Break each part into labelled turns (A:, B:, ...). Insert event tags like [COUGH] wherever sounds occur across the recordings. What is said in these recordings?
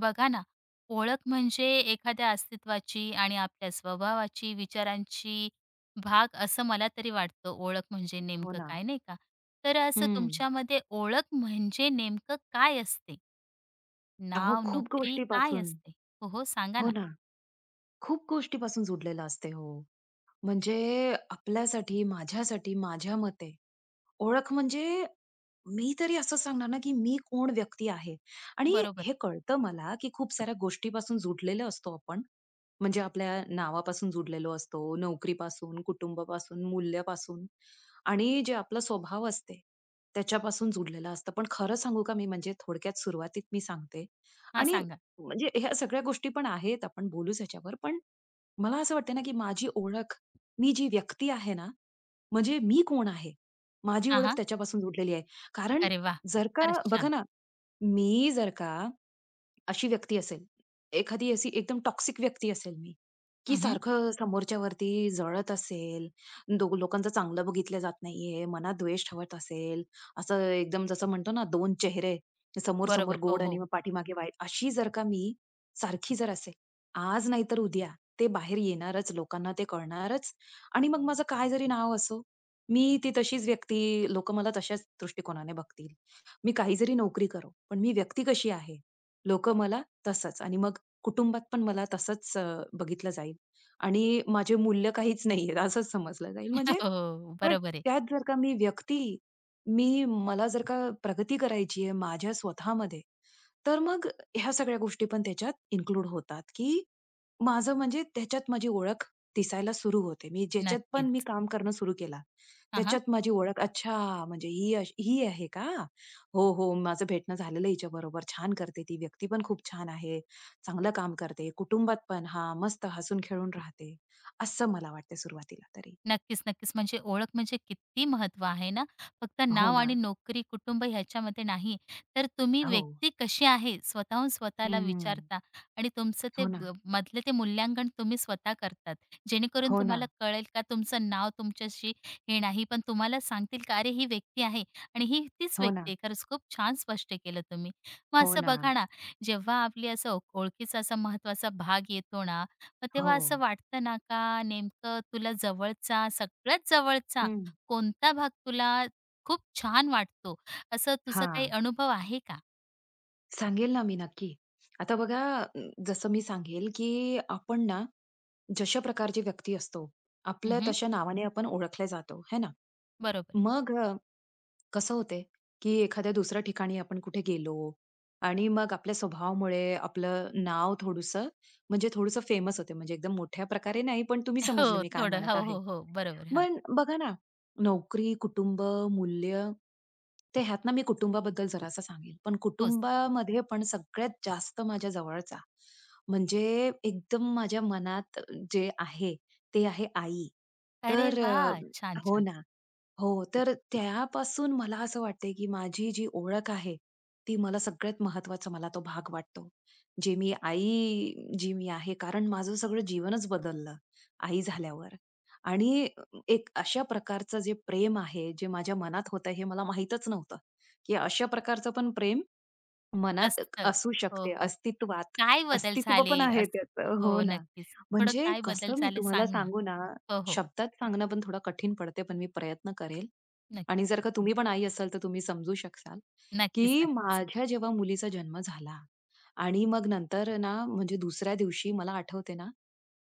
A: बघा ना, ओळख म्हणजे एखाद्या अस्तित्वाची आणि आपल्या स्वभावाची, विचारांची भाग असं मला तरी वाटतं ओळख म्हणजे
B: हो
A: नेमकं
B: ना.
A: काय, नाही का? तर असं
B: हं.
A: तुमच्यामध्ये ओळख म्हणजे नेमकं काय असते?
B: अहो,
A: नाव,
B: खूप
A: नोकरी काय
B: गोष्टीपासून.
A: असते? हो, हो, सांगा
B: हो
A: ना.
B: ना. खूप गोष्टीपासून जुडलेलं असते. हो. म्हणजे आपल्यासाठी, माझ्यासाठी, माझ्या मते ओळख म्हणजे मी तरी असं सांगणार ना, की मी कोण व्यक्ती आहे आणि
A: बरोबर.
B: हे कळतं मला, की खूप साऱ्या गोष्टीपासून जुडलेलो असतो आपण. म्हणजे आपल्या नावापासून जुडलेलो असतो, नोकरीपासून, कुटुंबापासून, मूल्यापासून आणि जे आपला स्वभाव असते, त्याच्यापासून जुडलेलं असतं. पण खरं सांगू का मी म्हणजे थोडक्यात सुरुवातीत मी सांगते
A: हां,
B: आणि
A: सांगा.
B: म्हणजे ह्या सगळ्या गोष्टी पण आहेत, आपण बोलूच ह्याच्यावर. पण मला असं वाटतं ना, की माझी ओळख, मी जी व्यक्ती आहे ना, म्हणजे मी कोण आहे? माझी
A: हां,
B: ओळख
A: हां.
B: त्याच्यापासून जुडलेली आहे. कारण
A: अरे वाह!
B: जर का
A: फारच
B: बघा
A: छान.
B: ना, मी जर का अशी व्यक्ती असेल, एखादी अशी एकदम टॉक्सिक व्यक्ती असेल मी, की
A: हं,
B: सारखं समोरच्यावरती जळत असेल, दो लोकांचं चांगलं बघितलं जात नाहीये, मनात द्वेष ठेवत असेल, असं एकदम जसं म्हणतो ना दोन चेहरे, समोर-समोर
A: बरोबर. हो,
B: गोड आणि
A: हो.
B: मग पाठीमागे वाईट. अशी जर का मी सारखी जर असेल, आज नाहीतर उद्या ते बाहेर येणारच, लोकांना ते कळणारच आणि मग माझं काय जरी नाव असो, मी ती तशीच व्यक्ती, लोकं मला तशाच दृष्टिकोनाने बघतील. मी काही जरी नोकरी करो, पण मी व्यक्ती कशी आहे लोकं मला तसंच आणि मग कुटुंबात पण मला तसंच बघितलं जाईल आणि माझे मूल्य काहीच नाहीये असंच समजलं जाईल.
A: [LAUGHS]
B: म्हणजे
A: हो,
B: पण
A: बरोबर आहे.
B: त्यात जर का मी व्यक्ती मला जर का प्रगती करायची आहे माझ्या स्वतःमध्ये, तर मग ह्या सगळ्या गोष्टी पण त्याच्यात इन्क्लूड होतात, की माझं म्हणजे त्याच्यात माझी ओळख दिसायला सुरू होते. मी ज्याच्यात पण मी
A: नक्कीच.
B: काम करणं सुरू केला,
A: हां, हां.
B: त्याच्यात माझी ओळख अच्छा म्हणजे ही अश ही आहे का? हो, हो. माझं भेटणं झालेलं आहे हिच्याबरोबर. छान करते ती. व्यक्ती पण खूप छान आहे. चांगलं काम करते. कुटुंबात पण हां, मस्त हसून खेळून राहते. असं मला वाटतं सुरुवातीला तरी.
A: नक्कीच, नक्कीच. म्हणजे ओळख म्हणजे किती महत्त्व आहे ना. फक्त
B: हो
A: नाव
B: ना.
A: आणि नोकरी, कुटुंब ह्याच्यामध्ये नाही, तर तुम्ही
B: हो.
A: व्यक्ती कशी आहे स्वतःहून स्वतःला
B: हं.
A: विचारता आणि तुमचं ते
B: हो ना.
A: ब मधलं ते मूल्यांकन तुम्ही स्वतः करतात. जेणेकरून
B: हो ना.
A: तुम्हाला कळेल का तुमचं नाव तुमच्याशी हे नाही, पण तुम्हाला सांगतील का, "अरे, ही व्यक्ती आहे आणि ही तीच
B: हो
A: व्यक्ती
B: ना.
A: आहे." खरंच खूप छान स्पष्ट केलं तुम्ही. मग
B: हो
A: असं
B: ना.
A: बघा ना, जेव्हा आपली असं ओळखीचा असा महत्त्वाचा भाग येतो ना, मग
B: हो.
A: तेव्हा असं वाटतं ना का नेमकं तुला जवळचा, सगळ्यात जवळचा
B: हं.
A: कोणता भाग तुला खूप छान वाटतो? असं तुझा काही
B: हां.
A: अनुभव आहे का?
B: सांगेल ना मी नक्की. आता बघा जसं मी सांगेल, की आपण ना जशा प्रकारची व्यक्ती असतो,
A: हं,
B: आपल्या
A: हं.
B: तशा नावाने आपण ओळखले जातो, है ना?
A: बरोबर.
B: मग कसं होते, की एखाद्या दुसऱ्या ठिकाणी आपण कुठे गेलो आणि मग आपल्या स्वभावामुळे आपलं नाव थोडंसं म्हणजे थोडंसं फेमस होते. म्हणजे एकदम मोठ्या प्रकारे नाही, पण तुम्ही
A: [LAUGHS]
B: समजले
A: हो,
B: मी काय
A: थोडं.
B: म्हणत
A: हो,
B: आहे.
A: हो, हो. बरोबर. हां,
B: पण बघा ना, नोकरी, कुटुंब, मूल्य ते ह्यातनं मी कुटुंबाबद्दल जरासं सांगेल. पण
A: तोच.
B: कुटुंबामध्ये पण सगळ्यात जास्त माझ्या जवळचा म्हणजे एकदम माझ्या मनात जे आहे, ते आहे आई.
A: अरे
B: तर
A: वाह! छान,
B: हो
A: छान.
B: ना. हो, तर त्यापासून मला असं वाटतंय, की माझी जी ओळख आहे, ती मला सगळ्यात महत्त्वाचा मला तो भाग वाटतो. जे मी आई जी मी आहे, कारण माझं सगळं जीवनच बदललं आई झाल्यावर. आणि एक अशा प्रकारचं जे प्रेम आहे, जे माझ्या मनात होतं, हे मला माहीतच नव्हतं, की अशा प्रकारचं पण प्रेम मनात
A: असतं.
B: असू
A: हो,
B: शकते,
A: हो.
B: अस्तित्वात.
A: काय बदल
B: अस्तित्व
A: झाले
B: पण आहे
A: असं?
B: त्याचं. हो
A: हो,
B: ना.
A: नक्कीच. थोडं
B: म्हणजे
A: काय बदल
B: कसं मी
A: झाले
B: तुम्हाला
A: सांग ना?
B: सांगू ना
A: हो, हो.
B: शब्दात सांगणं पण थोडं कठीण पडते, पण मी प्रयत्न करेल.
A: नक्की.
B: आणि जर का तुम्ही पण आई असाल, तर तुम्ही समजू शकाल,
A: नक्कीच,
B: की
A: नक्कीच.
B: माझ्या जेव्हा मुलीचा जन्म झाला आणि मग नंतर ना, म्हणजे दुसऱ्या दिवशी मला आठवते ना,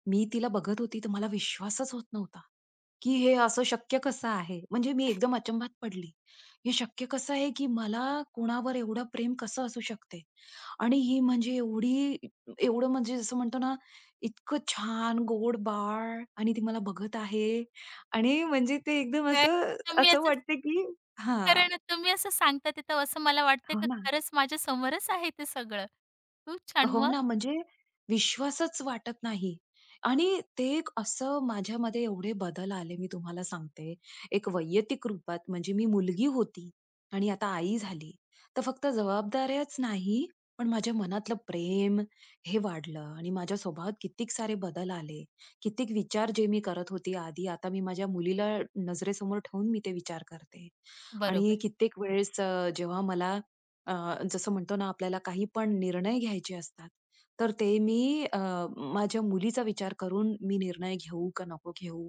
B: मी तिला बघत होती, तर मला विश्वासच होत नव्हता, की हे असं शक्य कसं आहे? म्हणजे मी एकदम अचंबात पडली. हे शक्य कसं आहे, की मला कोणावर एवढं प्रेम कसं असू शकते? आणि ही म्हणजे एवढी एवढं म्हणजे जसं म्हणतो ना, इतकं छान गोडबाळ आणि ती मला बघत आहे आणि म्हणजे ते एकदम
A: तर
B: असं
A: तुम्ही
B: असं
A: असं
B: वाटतं की हां.
A: कारण तुम्ही असं सांगता ते तर असं मला वाटतं
B: हो
A: की
B: ना.
A: खरंच माझ्या समोरच आहे ते सगळं. खूप छान.
B: हो
A: मग?
B: ना, म्हणजे विश्वासच वाटत नाही. आणि ते एक असं माझ्यामध्ये एवढे बदल आले मी तुम्हाला सांगते. एक वैयक्तिक रूपात म्हणजे मी मुलगी होती आणि आता आई झाली. तर फक्त जबाबदाऱ्याच नाही, पण माझ्या मनातलं प्रेम हे वाढलं आणि माझ्या स्वभावात कित्येक सारे बदल आले. कित्येक विचार जे मी करत होती आधी, आता मी माझ्या मुलीला नजरेसमोर ठेवून मी ते विचार करते.
A: बरोबर.
B: आणि कित्येक वेळेस जेव्हा मला अ, जसं म्हणतो ना आपल्याला काही पण निर्णय घ्यायचे असतात, तर ते मी माझ्या मुलीचा विचार करून मी निर्णय घेऊ का नको घेऊ,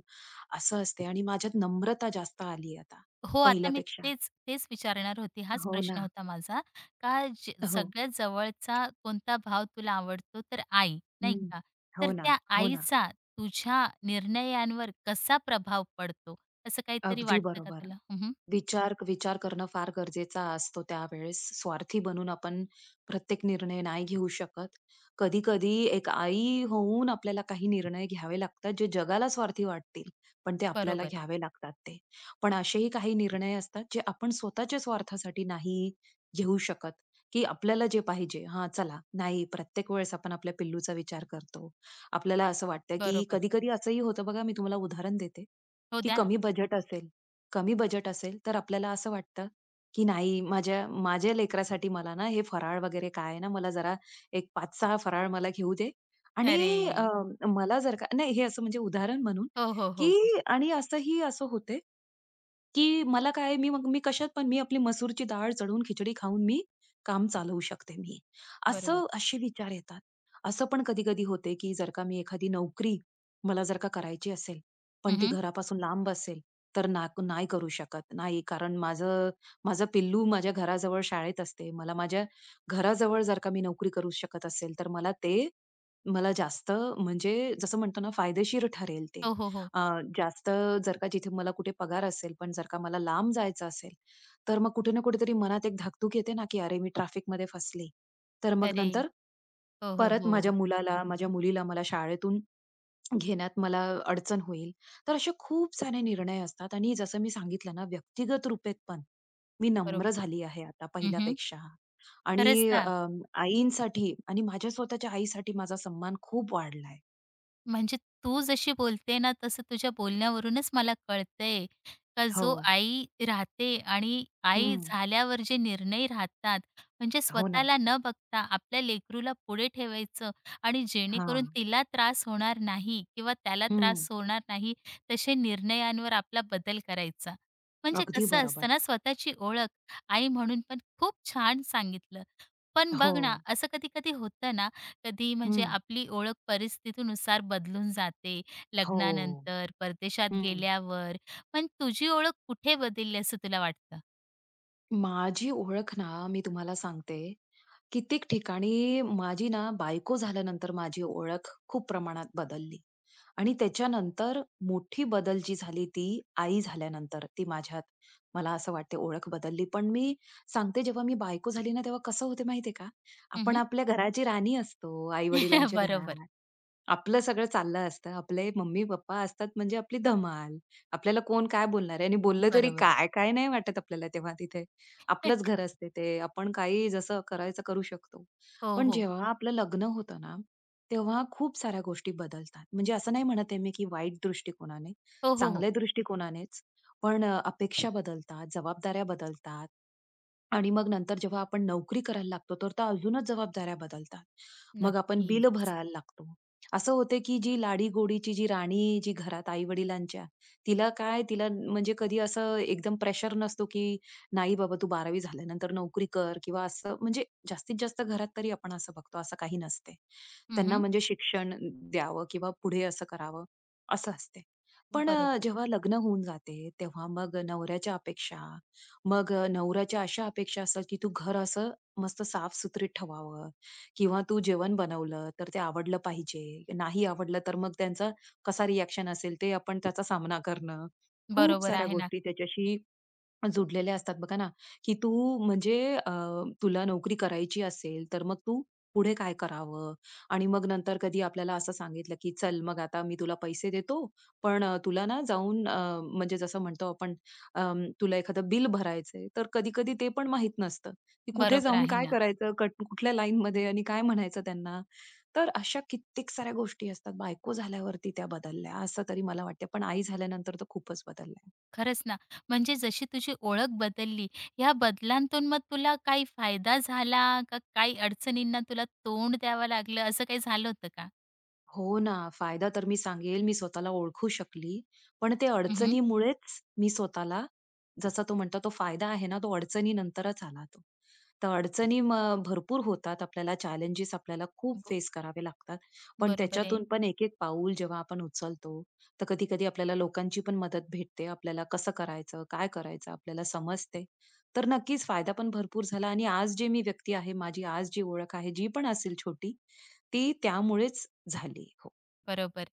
B: असं असते आणि माझ्यात नम्रता जास्त आली आता
A: हो, आता मी
B: पहिल्यापेक्षा.
A: तेच तेच विचारणार होती. हाच
B: हो
A: प्रश्न
B: ना.
A: होता माझा का ज
B: हो.
A: सगळ्यात जवळचा कोणता भाव तुला आवडतो? तर आई, नाही
B: हं.
A: का? तर
B: हो ना,
A: त्या
B: हो ना.
A: आईचा तुझ्या निर्णयांवर कसा प्रभाव पडतो? असं काहीतरी
B: अगदी
A: वाटतं का
B: बरोबर.
A: तुला? हं,
B: विचार विचार करणं फार गरजेचा असतो त्यावेळेस. स्वार्थी बनून आपण प्रत्येक निर्णय नाही घेऊ शकत. कधी-कधी एक आई होऊन आपल्याला काही निर्णय घ्यावे लागतात, जे जगाला स्वार्थी वाटतील, पण ते आपल्याला
A: बरोबर,
B: घ्यावे लागतात ते. पण असेही काही निर्णय असतात, जे आपण स्वतःच्या स्वार्थासाठी नाही घेऊ शकत, की आपल्याला जे पाहिजे. हां, चला नाही प्रत्येक वेळेस आपण आपल्या पिल्लूचा विचार करतो. आपल्याला असं वाटतं, की
A: बरोबर.
B: कधी-कधी असंही होतं बघा, मी तुम्हाला उदाहरण देते,
A: हो,
B: की
A: द्या ना.
B: कमी बजेट असेल, तर आपल्याला असं वाटतं, की नाही माझ्या माझ्या लेकरासाठी मला ना हे फराळ वगैरे काय आहे ना, मला जरा एक 5-6 फराळ मला घेऊ दे आणि
A: अरे!
B: अ, मला जर का नाही, हे असं म्हणजे उदाहरण म्हणून,
A: हो, हो, हो, हो.
B: की आणि असंही असं होते, की मला काय मी मग मी कशात पण मी आपली मसूरची डाळ चढवून खिचडी खाऊन मी काम चालवू शकते मी.
A: बरोबर.
B: असं असे विचार येतात. असं पण कधी-कधी होते, की जर का मी एखादी नोकरी मला जर का करायची असेल, पण ती
A: हं,
B: घरापासून लांब असेल, तर ना नाही करू शकत. नाही कारण माझं माझं पिल्लू माझ्या घराजवळ शाळेत असते. मला माझ्या घराजवळ जर का मी नोकरी करू शकत असेल, तर मला ते मला जास्त म्हणजे जसं म्हणतो ना फायदेशीर ठरेल ते.
A: हो, हो, हो.
B: अ, जास्त जर का जिथे मला कुठे पगार असेल, पण जर का मला लांब जायचं असेल, तर मग कुठे ना कुठेतरी मनात एक धाकधूक येते ना, की "अरे, मी ट्रॅफिकमध्ये फसले." तर मग
A: अरे!
B: नंतर
A: हो, हो,
B: परत
A: हो.
B: माझ्या मुलाला, माझ्या मुलीला मला शाळेतून घेण्यात मला अडचण होईल. तर असे खूप सारे निर्णय असतात आणि जसं मी सांगितलं ना, व्यक्तिगत रूपेत पण मी
A: बरोबर.
B: नम्र झाली आहे आता
A: हं, हं.
B: पहिल्यापेक्षा
A: खरंच
B: आणि
A: ना.
B: आईंसाठी आणि माझ्या स्वतःच्या आईसाठी माझा सन्मान खूप वाढलाय.
A: म्हणजे तू जशी बोलते ना, तसं तुझ्या बोलण्यावरूनच मला कळतंय का
B: हो.
A: जो आई राहते आणि आई
B: हं.
A: झाल्यावर जे निर्णय राहतात, म्हणजे
B: हो ना.
A: स्वतःला न बघता आपल्या लेकरूला पुढे ठेवायचं आणि जेणेकरून
B: हां.
A: तिला त्रास होणार नाही किंवा त्याला
B: हं.
A: त्रास होणार नाही, तसे निर्णयांवर आपला बदल करायचा. म्हणजे
B: अगदी
A: कसं असतं
B: बरोबर.
A: ना, स्वतःची ओळख आई म्हणून पण खूप छान सांगितलं. पण
B: हो.
A: बघ ना, असं कधी-कधी होतं ना कधी म्हणजे
B: हं.
A: आपली ओळख परिस्थितीनुसार बदलून जाते
B: हो.
A: लग्नानंतर, परदेशात
B: हं.
A: गेल्यावर. पण तुझी ओळख कुठे बदलली असं तुला वाटतं?
B: माझी ओळख ना, मी तुम्हाला सांगते, कित्येक ठिकाणी माझी ना बायको झाल्यानंतर माझी ओळख खूप प्रमाणात बदलली आणि त्याच्यानंतर मोठी बदल जी झाली ती आई झाल्यानंतर ती माझ्यात मला असं वाटते ओळख बदलली. पण मी सांगते जेव्हा मी बायको झाली ना, तेव्हा कसं होते माहितीये का? आपण
A: हं,
B: आपल्या घराची राणी असतो
A: [LAUGHS]
B: आई-वडिलांच्या
A: बरोबर.
B: घरात. आपलं सगळं चाललं असतं. आपले मम्मी-पप्पा असतात म्हणजे आपली धमाल. आपल्याला कोण काय बोलणार आहे आणि बोललं तरी
A: बरोबर आहे.
B: काय? काय नाही वाटत आपल्याला तेव्हा तिथे. आपलंच
A: [LAUGHS]
B: घर असते ते. आपण काही जसं करायचं करू शकतो.
A: हो,
B: पण
A: हो.
B: जेव्हा आपलं लग्न होतं ना, तेव्हा खूप साऱ्या गोष्टी बदलतात. म्हणजे असं नाही म्हणत आहे मी, की वाईट दृष्टिकोनाने,
A: हो, हो, हो.
B: चांगल्या दृष्टिकोनानेच. पण अपेक्षा बदलतात, जबाबदाऱ्या बदलतात. आणि मग नंतर जेव्हा आपण नोकरी करायला लागतो, तर त्या अजूनच जबाबदाऱ्या बदलतात. मग आपण बिलं
A: नक्कीच.
B: भरायला लागतो. असं होते की जी लाडी-गोडीची जी राणी जी घरात आई-वडिलांच्या, तिला काय तिला म्हणजे कधी असं एकदम प्रेशर नसतो की नाही बाबा तू 12वी झाल्यानंतर नोकरी कर किंवा असं म्हणजे जास्तीत जास्त घरात तरी आपण असं बघतो, असं काही नसते. त्यांना
A: हं,
B: म्हणजे शिक्षण द्यावं किंवा पुढे असं करावं, असं असते. पण
A: बरोबर.
B: जेव्हा लग्न होऊन जाते, तेव्हा मग नवऱ्याच्या अपेक्षा, मग नवऱ्याच्या अशा अपेक्षा असतात की तू घर असं मस्त साफ ठेवावं, किंवा तू जेवण बनवलं तर ते आवडलं पाहिजे, नाही आवडलं तर मग त्यांचा कसा रिएक्शन असेल ते आपण त्याचा सामना करणं. खूप
A: बरोबर
B: साऱ्या
A: आहे ना.
B: गोष्टी त्याच्याशी जुडलेले असतात बघा ना, की तू म्हणजे तुला नोकरी करायची असेल, तर मग तू पुढे काय करावं? आणि मग नंतर कधी आपल्याला असं सांगितलं, की "चल मग आता मी तुला पैसे देतो, पण तुला ना जाऊन म्हणजे जसं म्हणतो आपण तुला एखादं बिल भरायचंय." तर कधी-कधी ते पण माहीत नसतं, की कुठे
A: बरोबर
B: जाऊन
A: आहे
B: काय
A: ना.
B: करायचं, कट कुठल्या लाईनमध्ये आणि काय म्हणायचं त्यांना. तर अशा कित्येक साऱ्या गोष्टी असतात. बायको झाल्यावरती त्या बदलल्या असं तरी मला वाटतं, पण आई झाल्यानंतर तर खूपच बदलल्या.
A: खरंच ना. म्हणजे जशी तुझी ओळख बदलली, ह्या बदलांतून मग तुला काही फायदा झाला का काही अडचणींना तुला तोंड द्यावं लागलं, असं काही झालं होतं का?
B: हो ना. फायदा तर मी सांगेल मी स्वतःला ओळखू शकली. पण ते
A: हं,
B: अडचणीमुळेच मी स्वतःला जसा तो म्हणतो तो फायदा आहे ना, तो अडचणीनंतरच आला तो. तर अडचणी मग भरपूर होतात आपल्याला चॅलेंजेस आपल्याला खूप
A: ब
B: फेस करावे लागतात. पण
A: बरोबर आहे.
B: त्याच्यातून पण एक-एक पाऊल जेव्हा आपण उचलतो, तर कधी-कधी आपल्याला लोकांची पण मदत भेटते. आपल्याला कसं करायचं, काय करायचं आपल्याला समजते. तर नक्कीच फायदा पण भरपूर झाला आणि आज जे मी व्यक्ती आहे, माझी आज जी ओळख आहे, जी पण असेल छोटी, ती त्यामुळेच झाली. हो.
A: बरोबर.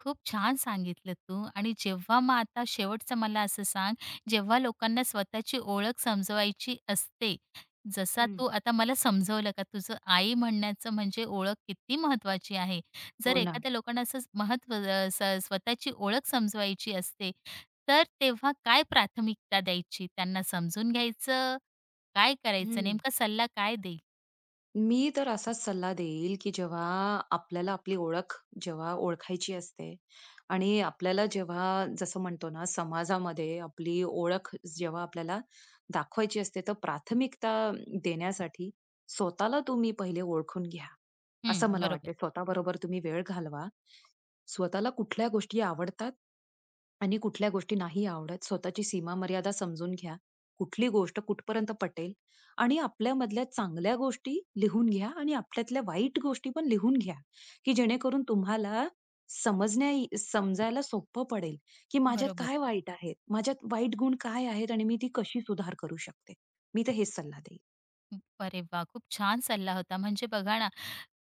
A: खूप छान सांगितलं तू आणि जेव्हा मग आता शेवटचं मला असं सांग, जेव्हा लोकांना स्वतःची ओळख समजवायची असते, जसा
B: हं.
A: तू आता मला समजवलं का तुझं आई म्हणण्याचं म्हणजे ओळख किती महत्त्वाची आहे. जर
B: हो ना.
A: एखाद्या लोकांना असं महत्त्व अ, स स्वतःची ओळख समजवायची असते, तर तेव्हा काय प्राथमिकता द्यायची? त्यांना समजून घ्यायचं, काय करायचं,
B: हं.
A: नेमका सल्ला काय देईल?
B: मी तर असाच सल्ला देईल, की जेव्हा आपल्याला आपली ओळख जेव्हा ओळखायची असते आणि आपल्याला जेव्हा जसं म्हणतो ना, समाजामध्ये आपली ओळख जेव्हा आपल्याला दाखवायची असते, तर प्राथमिकता देण्यासाठी स्वतःला तुम्ही पहिले ओळखून घ्या,
A: हं,
B: असं मला
A: बरोबर,
B: वाटते. स्वतःबरोबर तुम्ही वेळ घालवा. स्वतःला कुठल्या गोष्टी आवडतात आणि कुठल्या गोष्टी नाही आवडत. स्वतःची सीमा मर्यादा समजून घ्या. कुठली गोष्ट कुठपर्यंत पटेल आणि आपल्यामधल्या चांगल्या गोष्टी लिहून घ्या आणि आपल्यातल्या वाईट गोष्टी पण लिहून घ्या, की जेणेकरून तुम्हाला समजण्या समजायला सोपं पडेल, की माझ्यात
A: बरोबर.
B: काय वाईट आहे? माझ्यात वाईट गुण काय आहेत आणि मी ती कशी सुधार करू शकते? मी तर हेच सल्ला देईल.
A: अरे वाह! खूप छान सल्ला होता. म्हणजे बघा ना,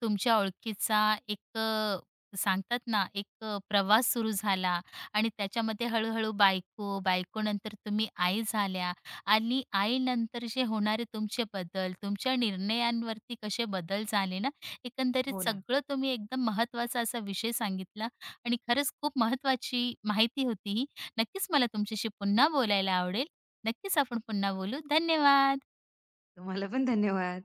A: तुमच्या ओळखीचा एक अ, सांगतात ना प्रवास सुरू झाला आणि त्याच्यामध्ये हळूहळू बायको, बायकोनंतर तुम्ही आई झाल्या आणि आईनंतर जे होणारे तुमचे बदल, तुमच्या निर्णयांवरती कसे बदल झाले ना, एकंदरीत
B: हो ना.
A: सगळं तुम्ही एकदम महत्त्वाचा असा विषय सांगितला आणि खरंच खूप महत्त्वाची माहिती होती ही. नक्कीच मला तुमच्याशी पुन्हा बोलायला आवडेल. नक्कीच आपण पुन्हा बोलू. धन्यवाद.
B: तुम्हाला पण धन्यवाद.